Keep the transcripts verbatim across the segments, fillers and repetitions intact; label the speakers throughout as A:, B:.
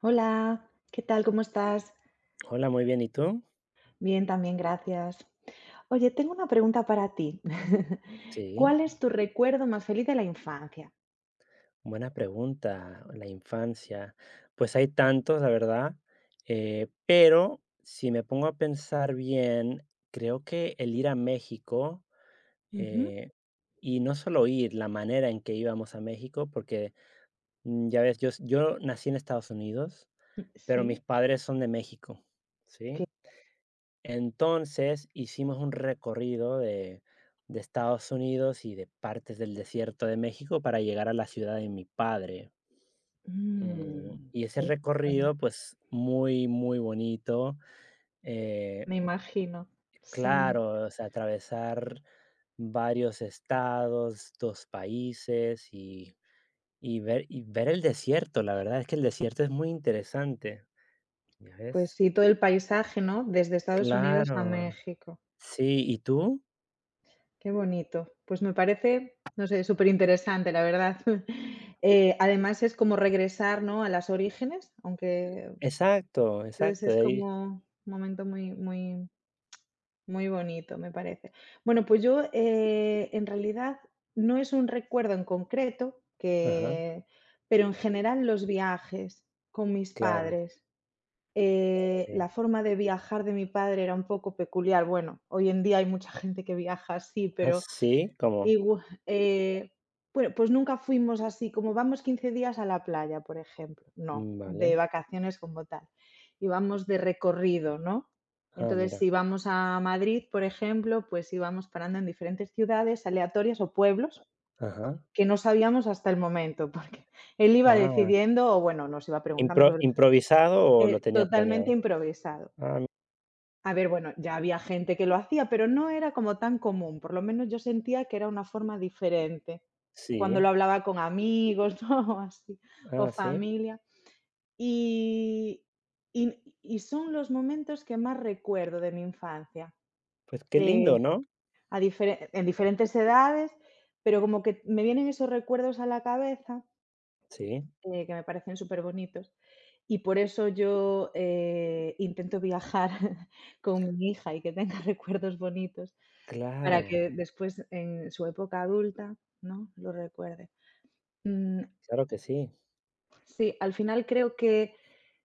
A: Hola, ¿qué tal? ¿Cómo estás?
B: Hola, muy bien. ¿Y tú?
A: Bien, también, gracias. Oye, tengo una pregunta para ti.
B: Sí,
A: ¿Cuál es tu recuerdo más feliz de la infancia?
B: buena pregunta. La infancia. Pues hay tantos, la verdad. Eh, pero si me pongo a pensar bien, creo que el ir a México,
A: Ujú,
B: eh, y no solo ir, la manera en que íbamos a México, porque mm, ya ves, yo s yo nací en Estados Unidos,
A: mm,
B: pero mis
A: sí,
B: padres son de México,
A: que
B: ¿sí? Entonces, hicimos un recorrido de de Estados Unidos y de partes del desierto de México para llegar a la ciudad de mi padre. mm,
A: mm,
B: y ese
A: interesante,
B: recorrido, pues, muy, muy bonito. eh,
A: me imagino. Sí,
B: claro, o sea, atravesar varios estados, dos países y y ver y ver el desierto. La verdad es que el desierto es muy interesante, ¿ya
A: pues
B: ves?
A: sí, todo el paisaje, ¿no? Desde Estados Unidos a
B: Claro,
A: México.
B: sí, ¿y tú?
A: Qué bonito. Pues me parece, no sé, súper interesante, la verdad. Eh, además es como regresar, ¿no?, a las orígenes, aunque
B: Exacto,
A: entonces
B: exacto,
A: es
B: de ahí.
A: como un momento muy, muy, muy bonito, me parece. Bueno, pues yo, eh, en realidad no es un recuerdo en concreto
B: Ajá,
A: que pero en general los viajes con mis
B: claro,
A: padres. Eh,
B: sí.
A: la forma de viajar de mi padre era un poco peculiar. Bueno, hoy en día hay mucha gente que viaja así, pero
B: ¿Así como?
A: Igua eh, bueno, pues nunca fuimos así como vamos quince días a la playa, por ejemplo, no,
B: Mm,
A: de
B: vale.
A: vacaciones como tal, íbamos de recorrido, ¿no?
B: Ah,
A: Entonces,
B: mira.
A: si vamos a Madrid, por ejemplo, pues íbamos parando en diferentes ciudades aleatorias o pueblos
B: Ajá.
A: que no sabíamos hasta el momento, porque él iba
B: Ah,
A: decidiendo o, bueno, nos iba preguntando
B: ¿impro
A: sobre todo.
B: improvisado o
A: Eh,
B: lo tenía
A: totalmente
B: planeado?
A: improvisado.
B: Ah, mi-
A: A ver, bueno, ya había gente que lo hacía, pero no era como tan común, por lo menos yo sentía que era una forma diferente. Cuando
B: sí.
A: lo hablaba con amigos, ¿no? O así, o
B: Ah, sí.
A: familia. Y, y, y son los momentos que más recuerdo de mi infancia,
B: Pues qué
A: eh,
B: lindo, ¿no?
A: a difere- en diferentes edades, pero como que me vienen esos recuerdos a la cabeza,
B: Sí,
A: eh, que me parecen súper bonitos. Y por eso yo eh, intento viajar con mi hija y que tenga recuerdos bonitos para
B: claro,
A: que después en su época adulta, ¿no?, lo recuerde. Mm,
B: claro que sí.
A: sí, al final creo que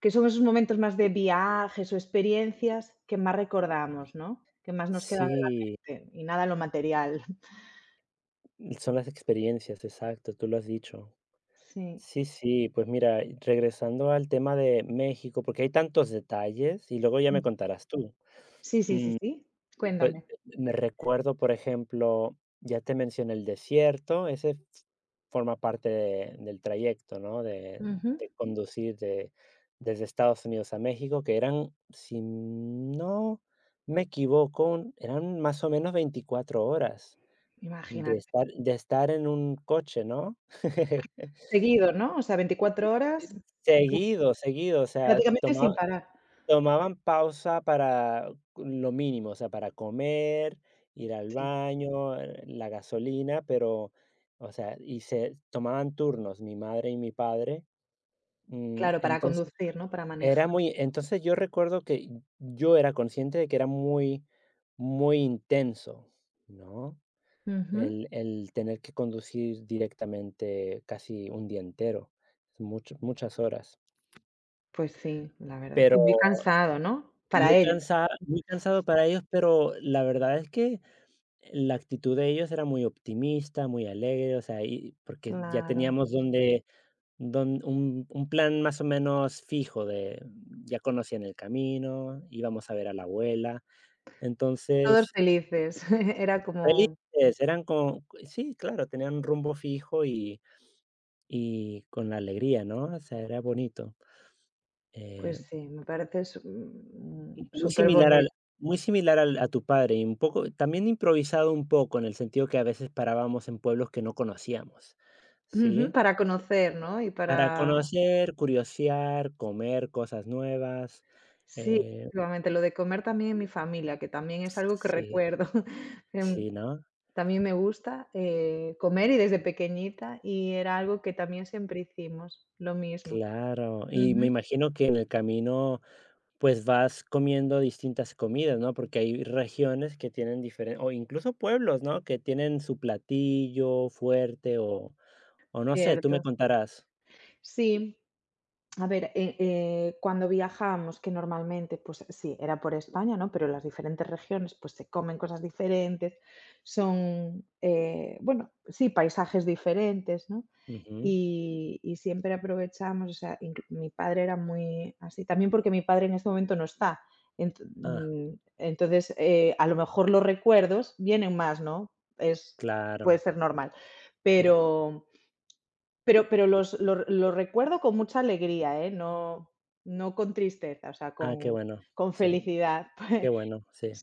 A: que son esos momentos más de viajes o experiencias que más recordamos, ¿no?, que más nos quedan en la
B: Sí,
A: mente y nada lo material.
B: son las experiencias, exacto, tú lo has dicho.
A: Sí.
B: Sí, sí, pues mira, y regresando al tema de México, porque hay tantos detalles y luego ya me contarás tú.
A: Sí, sí, sí, sí.
B: Pues
A: Cuéntame.
B: me recuerdo, por ejemplo, ya te mencioné el desierto. Ese f- forma parte de del trayecto, ¿no? De
A: Ujú.
B: de conducir de desde Estados Unidos a México, que eran, si no me equivoco, un- eran más o menos veinticuatro horas de
A: Imagínate.
B: estar de estar en un coche, ¿no?
A: Seguido, ¿no? O sea, veinticuatro horas prá
B: Seguido, seguido, o sea,
A: prácticamente
B: toma
A: sin parar.
B: Tomaban pausa para lo mínimo, o sea, para comer, ir al
A: Sí,
B: baño, eh, la gasolina, pero, o sea, y se tomaban turnos, mi madre y mi padre. Mm,
A: claro, para
B: entonces,
A: conducir, ¿no?, para manejar.
B: era muy entonces yo recuerdo que yo era consciente de que era muy, muy intenso, ¿no?
A: Ujú.
B: El el tener que conducir directamente casi un día entero, mucho muchas horas,
A: Pues sí, la verdad. Y
B: pero
A: muy cansado, ¿no?, para
B: Muy
A: ellos.
B: cansa muy cansado para ellos, pero la verdad es que la actitud de ellos era muy optimista, muy alegre, o sea, y porque ya
A: Claro,
B: teníamos donde don un un plan más o menos fijo de ya conocían el camino, íbamos a ver a la abuela.
A: todos
B: Entonces,
A: felices. Era como,
B: felices, eran como sí, claro, tenían un rumbo fijo y y con la alegría, ¿no? O sea, era bonito. Eh
A: pues sí, me parece su mm,
B: Muy similar al
A: superbonito.
B: muy similar al a tu padre, y un poco también improvisado un poco, en el sentido que a veces parábamos en pueblos que no conocíamos, ¿sí?
A: Para conocer, ¿no? Y
B: Para
A: para
B: conocer, curiosear, comer cosas nuevas,
A: sí,
B: eh,
A: efectivamente, lo de comer también en mi familia, que también es algo que
B: sí,
A: recuerdo. Em,
B: sí, ¿no?
A: También me gusta, eh, comer y desde pequeñita, y era algo que también siempre hicimos, lo mismo.
B: Claro, y me
A: Ujú,
B: imagino que en el camino, pues, vas comiendo distintas comidas, ¿no? Porque hay regiones que tienen diferen o incluso pueblos, ¿no? Que tienen su platillo fuerte o o no sé, tú me
A: cierto.
B: contarás.
A: Sí. A ver, eh, eh, cuando viajamos, que normalmente, pues sí, era por España, ¿no? Pero las diferentes regiones, pues se comen cosas diferentes, son, eh, bueno, sí, paisajes diferentes, ¿no?
B: Ujú.
A: Y, y siempre aprovechamos, o sea, inclu- mi padre era muy así, también porque mi padre en este momento no está. Ent-
B: Ah,
A: mm, Entonces, eh, a lo mejor los recuerdos vienen más, ¿no? Es, Puede
B: claro,
A: ser normal,
B: sí.
A: pero pero pero los los los recuerdo con mucha alegría, ¿eh? No no con tristeza, o sea,
B: Ah, qué
A: con
B: bueno,
A: con
B: sí,
A: felicidad.
B: qué bueno, sí.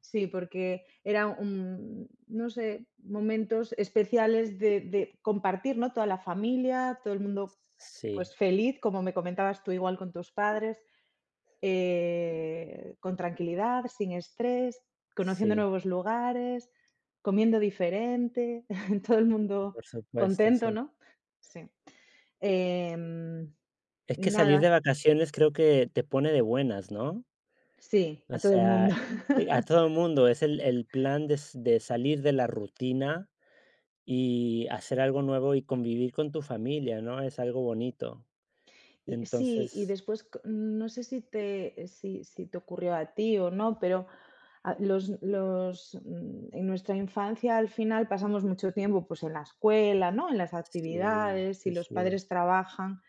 A: Sí, porque eran un no sé, momentos especiales de de compartir, ¿no? Toda la familia, todo el mundo, pues,
B: Sí,
A: feliz, como me comentabas tú, igual con tus padres, eh, con tranquilidad, sin estrés, conociendo
B: sí,
A: nuevos lugares, comiendo diferente, todo el mundo
B: por supuesto,
A: contento,
B: sí.
A: ¿no? Sí. Em,
B: Es
A: y
B: que salir
A: nada,
B: de vacaciones creo que te pone de buenas, ¿no?
A: sí, a
B: O
A: todo el
B: sea,
A: mundo.
B: eh, a todo el mundo es el, el plan de, s- de salir de la rutina y hacer algo nuevo y convivir con tu familia, ¿no? Es algo bonito.
A: Y sí, y
B: Entonces,
A: después co no sé si te si si te ocurrió a ti o no, pero a los los, mm, en nuestra infancia, al final, pasamos mucho tiempo, pues, en la escuela, ¿no?, en las
B: sí,
A: actividades, y
B: sí,
A: los
B: sí,
A: padres trabajan.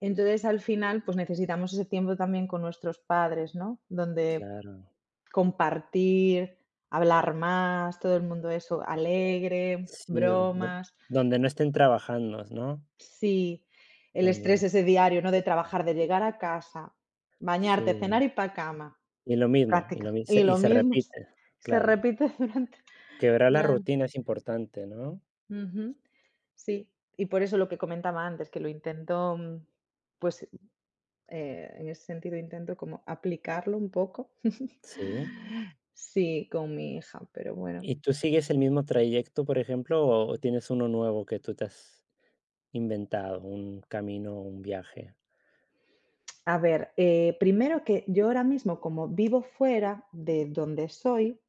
A: Entonces, al final, pues, necesitamos ese tiempo también con nuestros padres, ¿no?, donde
B: claro.
A: compartir, hablar más, todo el mundo eso, alegre,
B: Sí, do-
A: bromas.
B: donde no estén trabajando, ¿no?
A: Sí, el estrés
B: También,
A: ese diario, ¿no? De trabajar, de llegar a casa, bañarte, cenar
B: sí.
A: y pa' cama.
B: Y lo mismo, y
A: Práctica.
B: lo mi
A: Y
B: se y
A: lo
B: se
A: mismo s
B: repite,
A: se
B: claro.
A: repite durante
B: Quebrar la
A: durante.
B: rutina es importante, ¿no?
A: Ujú. Sí, y por eso lo que comentaba antes, que lo intento, mm, pues, eh, en ese sentido intento como aplicarlo un poco.
B: Sí.
A: Sí, con mi hija, pero bueno.
B: ¿Y tú sigues el mismo trayecto, por ejemplo, o tienes uno nuevo que tú te has inventado, un camino, un viaje?
A: A ver, eh, primero que yo ahora mismo, como vivo fuera de donde soy,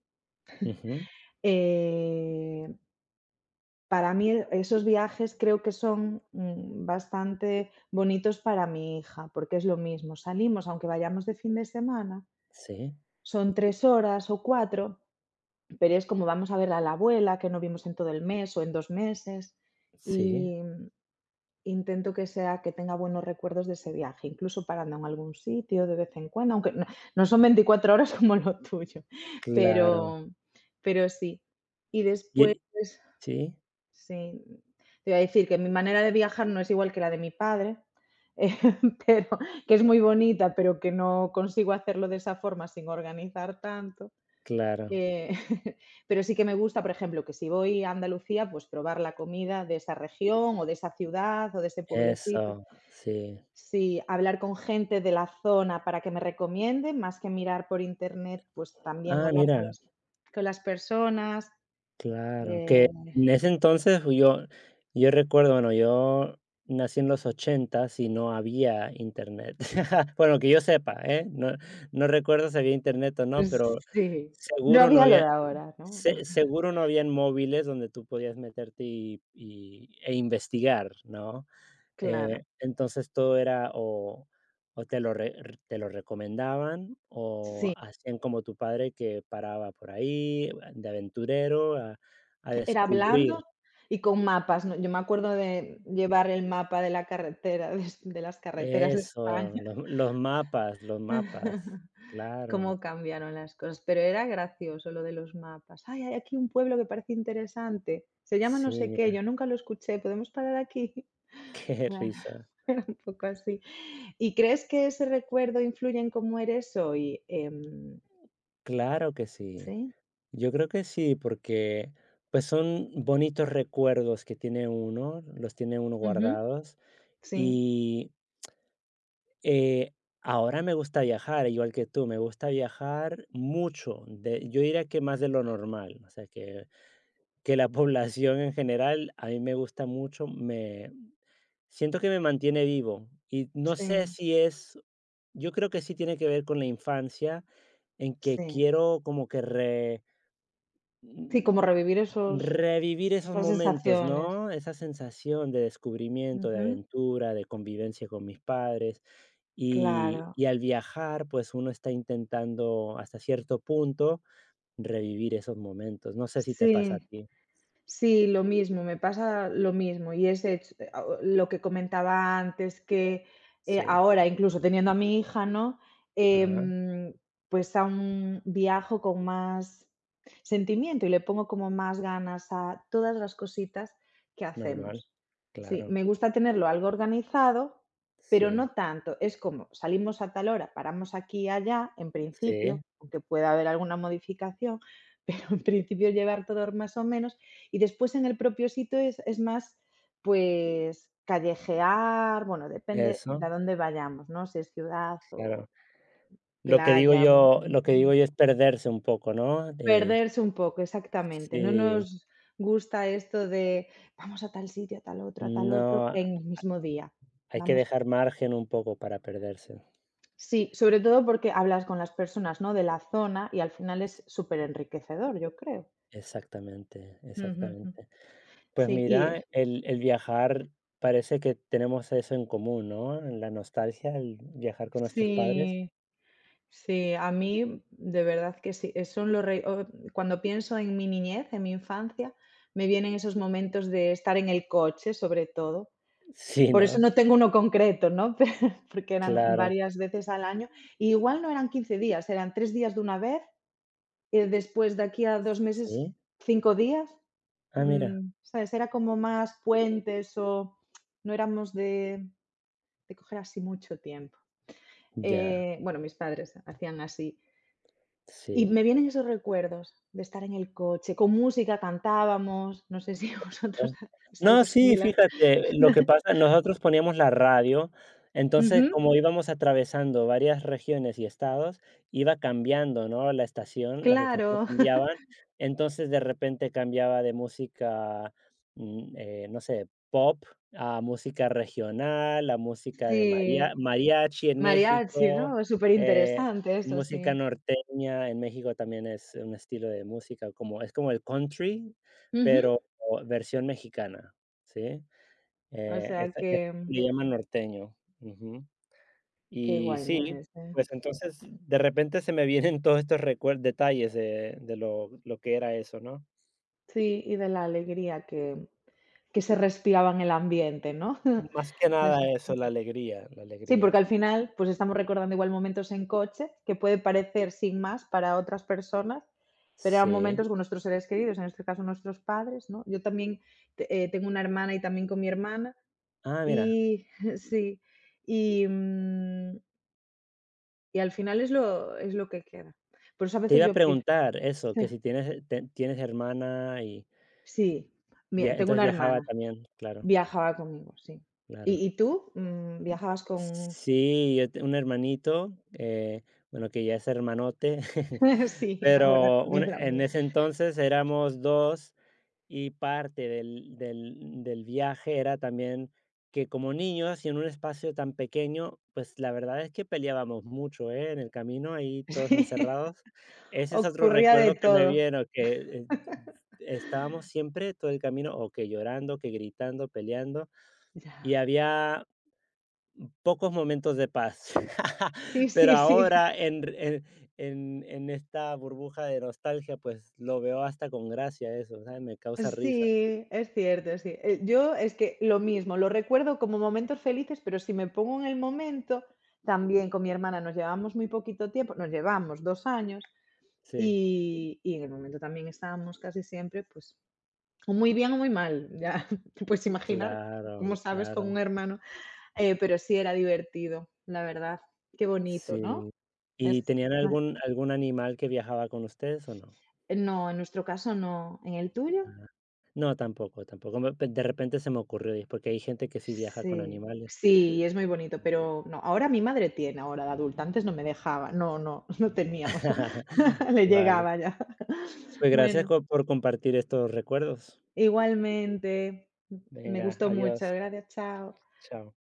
B: Ujú.
A: eh para mí, e esos viajes creo que son, mm, bastante bonitos para mi hija, porque es lo mismo, salimos, aunque vayamos de fin de semana,
B: Sí,
A: son tres horas o cuatro, pero es como vamos a ver a la abuela, que no vimos en todo el mes o en dos meses,
B: sí,
A: y mm, intento que sea que tenga buenos recuerdos de ese viaje, incluso parando en algún sitio de vez en cuando, aunque no no son veinticuatro horas como lo tuyo,
B: claro.
A: pero pero sí. Y después
B: Y sí,
A: sí, te iba a decir que mi manera de viajar no es igual que la de mi padre, eh, pero que es muy bonita, pero que no consigo hacerlo de esa forma sin organizar tanto.
B: claro.
A: Eh, pero sí que me gusta, por ejemplo, que si voy a Andalucía, pues probar la comida de esa región o de esa ciudad o de ese pueblecito.
B: Eso, sí.
A: Sí, hablar con gente de la zona para que me recomienden, más que mirar por internet, pues también
B: Ah,
A: hablar con
B: mira.
A: las, con las personas.
B: Claro,
A: eh,
B: que en ese entonces yo yo recuerdo, bueno, yo nací en los ochenta y no había Internet. Bueno, que yo sepa, ¿eh? No no recuerdo si había Internet o no, pero
A: Sí, no
B: seguro no
A: había lo
B: había
A: de ahora, ¿no?
B: se seguro no habían móviles donde tú podías meterte y y e investigar, ¿no?
A: Claro,
B: Eh, entonces todo era o o te lo re r te lo recomendaban, o
A: sí,
B: hacían como tu padre que paraba por ahí eh, de aventurero a a
A: era
B: descubrir.
A: blando y con mapas, ¿no? Yo me acuerdo de llevar el mapa de la carretera, de es de las carreteras de
B: Eso,
A: España.
B: los los mapas, los mapas.
A: Cómo
B: Claro.
A: cambiaron las cosas, pero era gracioso lo de los mapas. "Ay, hay aquí un pueblo que parece interesante, se llama no
B: Sí,
A: sé qué,
B: mira,
A: yo nunca lo escuché, ¿podemos parar aquí?".
B: qué risa.
A: Era un poco así. ¿Y crees que ese recuerdo influye en cómo eres hoy? Em,
B: Claro que sí.
A: ¿sí?
B: Yo creo que sí, porque, pues, son bonitos recuerdos que tiene uno, los tiene uno
A: Ujú,
B: guardados,
A: sí,
B: y Eh, ahora me gusta viajar, igual que tú, me gusta viajar mucho, de, yo diría que más de lo normal, o sea, que, que la población en general a mí me gusta mucho, me siento que me mantiene vivo y no sé
A: sí.
B: si es, yo creo que sí tiene que ver con la infancia, en que
A: Sí,
B: quiero como que re-
A: sí, como
B: mm,
A: revivir esos
B: revivir esos
A: esas
B: momentos,
A: sensaciones.
B: ¿no? Esa sensación de descubrimiento, de
A: Ujú,
B: aventura, de convivencia con mis padres. Y
A: claro.
B: y al viajar, pues, uno está intentando, hasta cierto punto, revivir esos momentos. No sé si te pasa a
A: Sí,
B: ti.
A: sí, lo mismo, me pasa lo mismo. Y es ech eh, a o lo que comentaba antes que, eh,
B: Sí.
A: ahora, incluso teniendo a mi hija, ¿no?
B: Ajá,
A: Em, pues aún viajo con más sentimiento y le pongo como más ganas a todas las cositas que
B: normal.
A: hacemos. Sí,
B: Claro.
A: me gusta tenerlo algo organizado, pero
B: Sí,
A: no tanto. Es como salimos a tal hora, paramos aquí y allá, en principio,
B: sí,
A: aunque pueda haber alguna modificación, pero en principio llevar todo más o menos, y después en el propio sitio es, es más, pues, callejear, bueno, depende de
B: eso,
A: a dónde vayamos, ¿no? Si es ciudad
B: claro.
A: o
B: Lo que digo
A: playa,
B: yo lo que digo
A: montaña.
B: yo es perderse un poco, ¿no? Eh,
A: Perderse un poco, exactamente. No nos
B: sí,
A: gusta esto de vamos a tal sitio, a tal otro, a tal otro,
B: no,
A: en el mismo día.
B: hay que
A: Vamos.
B: dejar margen un poco para perderse.
A: Sí, sobre todo porque hablas con las personas, ¿no? De la zona y al final es súper enriquecedor, yo creo.
B: Exactamente,
A: Ujú, ujú.
B: exactamente. Pues
A: Sí, y
B: mira, el el viajar parece que tenemos eso en común, ¿no? La nostalgia, el viajar con nuestros padres.
A: sí. Sí, a mí de verdad que sí, eh, son los rei o cuando pienso en mi niñez, en mi infancia, me vienen esos momentos de estar en el coche, sobre todo.
B: Sí,
A: Por eso
B: ¿no?
A: no tengo uno concreto, ¿no? Pe porque eran
B: Claro.
A: varias veces al año. Y Igual no eran quince días, eran tres días de una vez, y después de aquí a dos meses,
B: Sí.
A: cinco días.
B: Ah, mira.
A: Mm, ¿sabes? Era como más puentes o no éramos de de coger así mucho tiempo.
B: Ya.
A: Eh, bueno, mis padres hacían así. Y
B: Sí.
A: me vienen esos recuerdos de estar en el coche, con música cantábamos, no sé si
B: Ah.
A: vosotros hacéis
B: No,
A: algo
B: sí,
A: similar.
B: fíjate, lo que pasa, nosotros poníamos la radio. Entonces,
A: Ujú,
B: como íbamos atravesando varias regiones y estados, iba cambiando, ¿no? La estación, las estaciones
A: claro,
B: cambiaban, entonces de repente cambiaba de música, mm, eh, no sé, pop a música regional, a música de
A: sí,
B: maria mariachi en
A: mariachi,
B: México,
A: ¿no? Súper
B: eh,
A: interesante eso,
B: música
A: sí.
B: norteña en México también es un estilo de música como es como el country,
A: Ujú,
B: pero o versión mexicana, ¿sí?
A: o
B: Eh,
A: sea
B: esa que
A: que
B: le llaman norteño. Ujú.
A: qué
B: Y
A: guay, ¿no?
B: sí,
A: Ese.
B: pues entonces de repente se me vienen todos estos recuerdos, detalles de de lo lo que era eso, ¿no?
A: Sí, y de la alegría que que se respiraba en el ambiente, ¿no?
B: Más que nada eso, la alegría, la
A: Sí,
B: alegría.
A: porque al final, pues estamos recordando igual momentos en coche que puede parecer sin más para otras personas, pero eran
B: Sí.
A: momentos con nuestros seres queridos, en este caso nuestros padres, ¿no? Yo también te- eh, tengo una hermana y también con mi hermana
B: Ah, mira,
A: y sí, y, mm, y al final es lo, es lo que queda. Por eso a
B: te
A: veces
B: iba
A: yo
B: a
A: pienso,
B: preguntar eso, que
A: sí,
B: si tienes, eh, te tienes hermana y
A: sí, mi-
B: via
A: tengo
B: entonces
A: una hermana,
B: viajaba también. Claro,
A: viajaba conmigo, sí.
B: claro.
A: ¿Y, y tú? Mm, ¿Viajabas con...?
B: Sí, yo te un hermanito, eh, bueno, que ya es hermanote.
A: Sí, ahora
B: Pero un
A: también la
B: en
A: mía.
B: ese entonces éramos dos y parte del del del viaje era también que como niños y en un espacio tan pequeño, pues la verdad es que peleábamos mucho, ¿eh? En el camino ahí todos
A: Sí.
B: encerrados. Ese es otro
A: Ocurría de
B: recuerdo que me
A: todo.
B: vieron, que, eh, estábamos siempre todo el camino o que llorando, que gritando, peleando, y
A: Ya.
B: había pocos momentos de paz.
A: Sí,
B: Pero
A: sí, sí.
B: ahora en en en en esta burbuja de nostalgia, pues, lo veo hasta con gracia eso, ¿sabes? Me causa risa.
A: Sí, es cierto, sí. Eh, yo es que lo mismo, lo recuerdo como momentos felices, pero si me pongo en el momento, también con mi hermana nos llevamos muy poquito tiempo, nos llevamos dos años
B: Sí,
A: y y en el momento también estábamos casi siempre, pues, o muy bien o muy mal, ya te puedes imaginar, como
B: claro,
A: sabes, con un
B: claro.
A: hermano, eh, pero sí era divertido, la verdad. Qué bonito, ¿no?
B: Sí. ¿Y
A: Es
B: tenían algún algún animal que viajaba con ustedes o no?
A: eh, No, en nuestro caso no, ¿en el tuyo?
B: Ajá. No, tampoco, tampoco. Me De repente se me ocurrió, y es porque hay gente que sí viaja con
A: Sí,
B: animales.
A: sí, es muy bonito, pero no, ahora mi madre tiene ahora de adulta, antes no me dejaba, no, no, no teníamos, le
B: Vale.
A: llegaba ya.
B: Pues, gracias
A: Bueno,
B: co por compartir estos recuerdos.
A: igualmente, me
B: Venga,
A: gustó mucho,
B: adiós.
A: gracias, chao.
B: Chao.